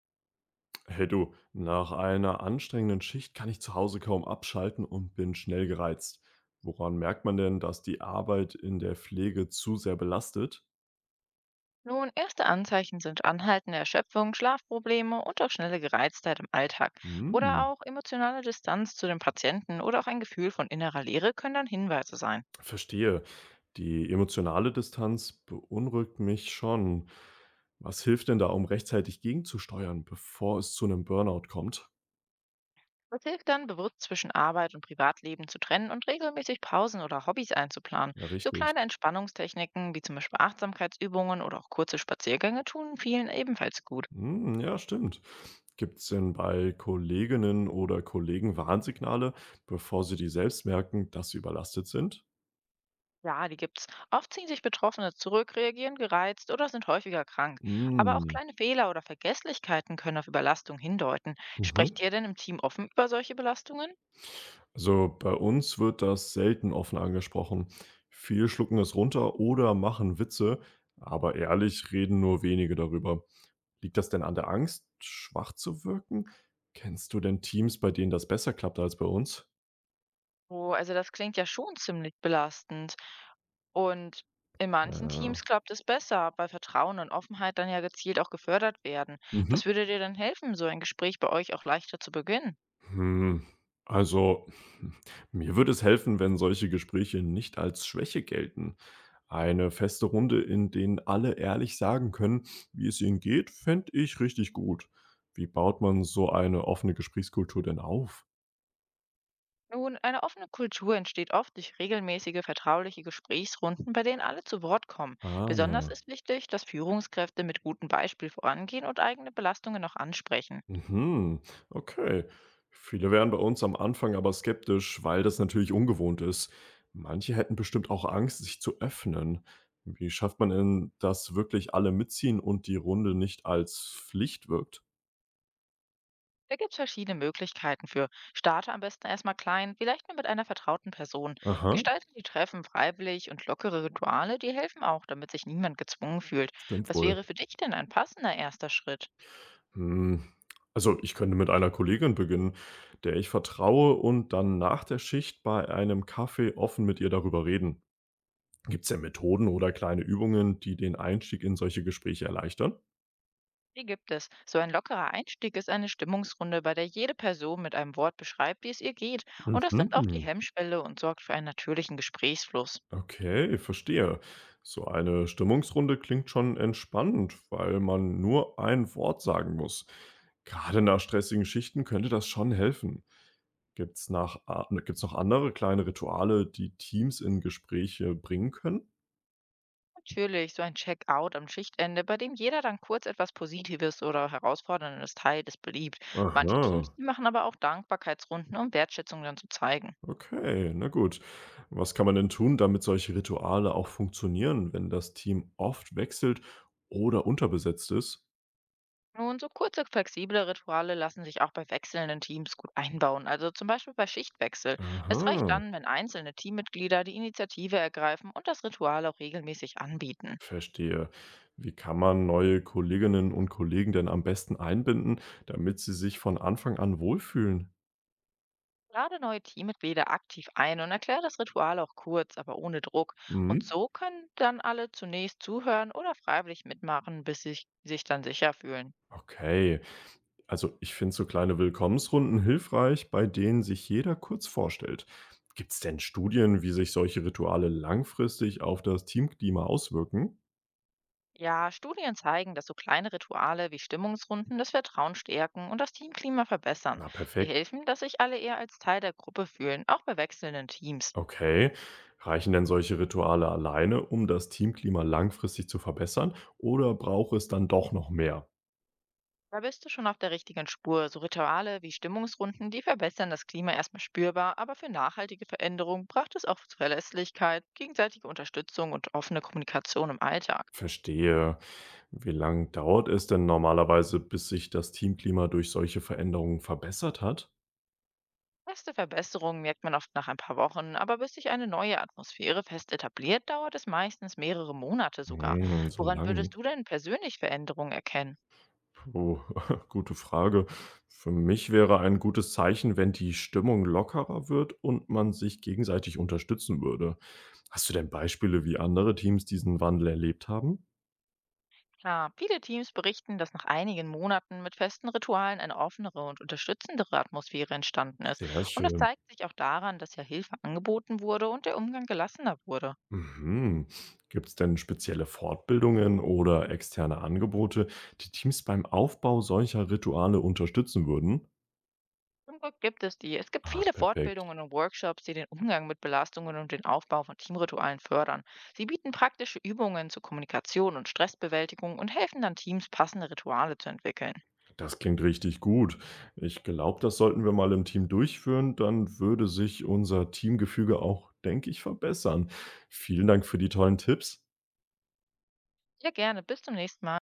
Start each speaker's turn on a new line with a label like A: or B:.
A: Hey du, nach einer anstrengenden Schicht kann ich zu Hause kaum abschalten und bin schnell gereizt. Woran merkt man denn, dass die Arbeit in der Pflege zu sehr belastet?
B: Nun, erste Anzeichen sind anhaltende Erschöpfung, Schlafprobleme und auch schnelle Gereiztheit im Alltag.
A: Hm,
B: Oder auch emotionale Distanz zu dem Patienten oder auch ein Gefühl von innerer Leere können dann Hinweise sein.
A: verstehe. Die emotionale Distanz beunruhigt mich schon. Was hilft denn da, um rechtzeitig gegenzusteuern, bevor es zu einem Burnout kommt?
B: Es hilft dann, bewusst zwischen Arbeit und Privatleben zu trennen und regelmäßig Pausen oder Hobbys einzuplanen.
A: Ja,
B: So
A: richtig.
B: kleine Entspannungstechniken wie zum Beispiel Achtsamkeitsübungen oder auch kurze Spaziergänge tun vielen ebenfalls gut.
A: Hm, ja, stimmt. Gibt es denn bei Kolleginnen oder Kollegen Warnsignale, bevor sie die selbst merken, dass sie überlastet sind?
B: Ja, die gibt's. Oft ziehen sich Betroffene zurück, reagieren gereizt oder sind häufiger krank. Aber auch
A: Hm,
B: kleine Fehler oder Vergesslichkeiten können auf Überlastung hindeuten.
A: mhm.
B: Sprecht ihr denn im Team offen über solche Belastungen?
A: Also, bei uns wird das selten offen angesprochen. Viele schlucken es runter oder machen Witze, aber ehrlich reden nur wenige darüber. Liegt das denn an der Angst, schwach zu wirken? Kennst du denn Teams, bei denen das besser klappt als bei uns?
B: Oh, also das klingt ja schon ziemlich belastend. Und in manchen
A: Ja.
B: Teams klappt es besser, weil Vertrauen und Offenheit dann ja gezielt auch gefördert werden. Was
A: Mhm.
B: würde dir denn helfen, so ein Gespräch bei euch auch leichter zu beginnen?
A: Hm, also, mir würde es helfen, wenn solche Gespräche nicht als Schwäche gelten. Eine feste Runde, in denen alle ehrlich sagen können, wie es ihnen geht, fände ich richtig gut. Wie baut man so eine offene Gesprächskultur denn auf?
B: Nun, eine offene Kultur entsteht oft durch regelmäßige vertrauliche Gesprächsrunden, bei denen alle zu Wort kommen.
A: Ah.
B: Besonders ist wichtig, dass Führungskräfte mit gutem Beispiel vorangehen und eigene Belastungen noch ansprechen.
A: Mhm, okay. Viele wären bei uns am Anfang aber skeptisch, weil das natürlich ungewohnt ist. Manche hätten bestimmt auch Angst, sich zu öffnen. Wie schafft man denn, dass wirklich alle mitziehen und die Runde nicht als Pflicht wirkt?
B: Da gibt es verschiedene Möglichkeiten für. Starte am besten erstmal klein, vielleicht nur mit einer vertrauten Person.
A: Aha,
B: Gestalte die Treffen freiwillig und lockere Rituale, die helfen auch, damit sich niemand gezwungen fühlt.
A: stimmt
B: Was
A: wohl.
B: wäre für dich denn ein passender erster Schritt?
A: Hm. Also ich könnte mit einer Kollegin beginnen, der ich vertraue und dann nach der Schicht bei einem Kaffee offen mit ihr darüber reden. Gibt es denn Methoden oder kleine Übungen, die den Einstieg in solche Gespräche erleichtern?
B: Die gibt es. So ein lockerer Einstieg ist eine Stimmungsrunde, bei der jede Person mit einem Wort beschreibt, wie es ihr geht. Und das nimmt auch die
A: Mhm.
B: Hemmschwelle und sorgt für einen natürlichen Gesprächsfluss.
A: Okay, verstehe. So eine Stimmungsrunde klingt schon entspannend, weil man nur ein Wort sagen muss. Gerade nach stressigen Schichten könnte das schon helfen. Gibt's gibt's noch andere kleine Rituale, die Teams in Gespräche bringen können?
B: Natürlich, so ein Check-out am Schichtende, bei dem jeder dann kurz etwas Positives oder Herausforderndes teilt, ist beliebt. Manche
A: Aha,
B: Teams die machen aber auch Dankbarkeitsrunden, um Wertschätzung dann zu zeigen.
A: okay, na gut. Was kann man denn tun, damit solche Rituale auch funktionieren, wenn das Team oft wechselt oder unterbesetzt ist?
B: Nun, so kurze, flexible Rituale lassen sich auch bei wechselnden Teams gut einbauen, also zum Beispiel bei Schichtwechsel. Es reicht
A: Aha.
B: dann, wenn einzelne Teammitglieder die Initiative ergreifen und das Ritual auch regelmäßig anbieten.
A: Verstehe. Wie kann man neue Kolleginnen und Kollegen denn am besten einbinden, damit sie sich von Anfang an wohlfühlen?
B: Lade neue Teammitglieder aktiv ein und erkläre das Ritual auch kurz, aber ohne Druck. Und
A: Mhm.
B: so können dann alle zunächst zuhören oder freiwillig mitmachen, bis sie sich dann sicher fühlen.
A: Okay. Also ich finde so kleine Willkommensrunden hilfreich, bei denen sich jeder kurz vorstellt. Gibt es denn Studien, wie sich solche Rituale langfristig auf das Teamklima auswirken?
B: Ja, Studien zeigen, dass so kleine Rituale wie Stimmungsrunden das Vertrauen stärken und das Teamklima verbessern.
A: Na
B: Die
A: perfekt.
B: helfen, dass sich alle eher als Teil der Gruppe fühlen, auch bei wechselnden Teams.
A: Okay. Reichen denn solche Rituale alleine, um das Teamklima langfristig zu verbessern, oder braucht es dann doch noch mehr?
B: Da bist du schon auf der richtigen Spur. So Rituale wie Stimmungsrunden, die verbessern das Klima erstmal spürbar, aber für nachhaltige Veränderung braucht es auch Verlässlichkeit, gegenseitige Unterstützung und offene Kommunikation im Alltag.
A: Verstehe. Wie lang dauert es denn normalerweise, bis sich das Teamklima durch solche Veränderungen verbessert hat?
B: Erste Verbesserungen merkt man oft nach ein paar Wochen, aber bis sich eine neue Atmosphäre fest etabliert, dauert es meistens mehrere Monate sogar.
A: Hm, so
B: Woran
A: lang.
B: würdest du denn persönlich Veränderungen erkennen?
A: Puh, gute Frage. Für mich wäre ein gutes Zeichen, wenn die Stimmung lockerer wird und man sich gegenseitig unterstützen würde. Hast du denn Beispiele, wie andere Teams diesen Wandel erlebt haben?
B: Klar, viele Teams berichten, dass nach einigen Monaten mit festen Ritualen eine offenere und unterstützendere Atmosphäre entstanden ist.
A: Sehr
B: Und das
A: schön.
B: zeigt sich auch daran, dass ja Hilfe angeboten wurde und der Umgang gelassener wurde.
A: Mhm. Gibt es denn spezielle Fortbildungen oder externe Angebote, die Teams beim Aufbau solcher Rituale unterstützen würden?
B: Zum Glück gibt es die. Es gibt
A: Ah,
B: viele
A: perfekt.
B: Fortbildungen und Workshops, die den Umgang mit Belastungen und den Aufbau von Teamritualen fördern. Sie bieten praktische Übungen zur Kommunikation und Stressbewältigung und helfen dann Teams, passende Rituale zu entwickeln.
A: Das klingt richtig gut. Ich glaube, das sollten wir mal im Team durchführen. Dann würde sich unser Teamgefüge auch, denke ich, verbessern. Vielen Dank für die tollen Tipps.
B: Ja, gerne. Bis zum nächsten Mal.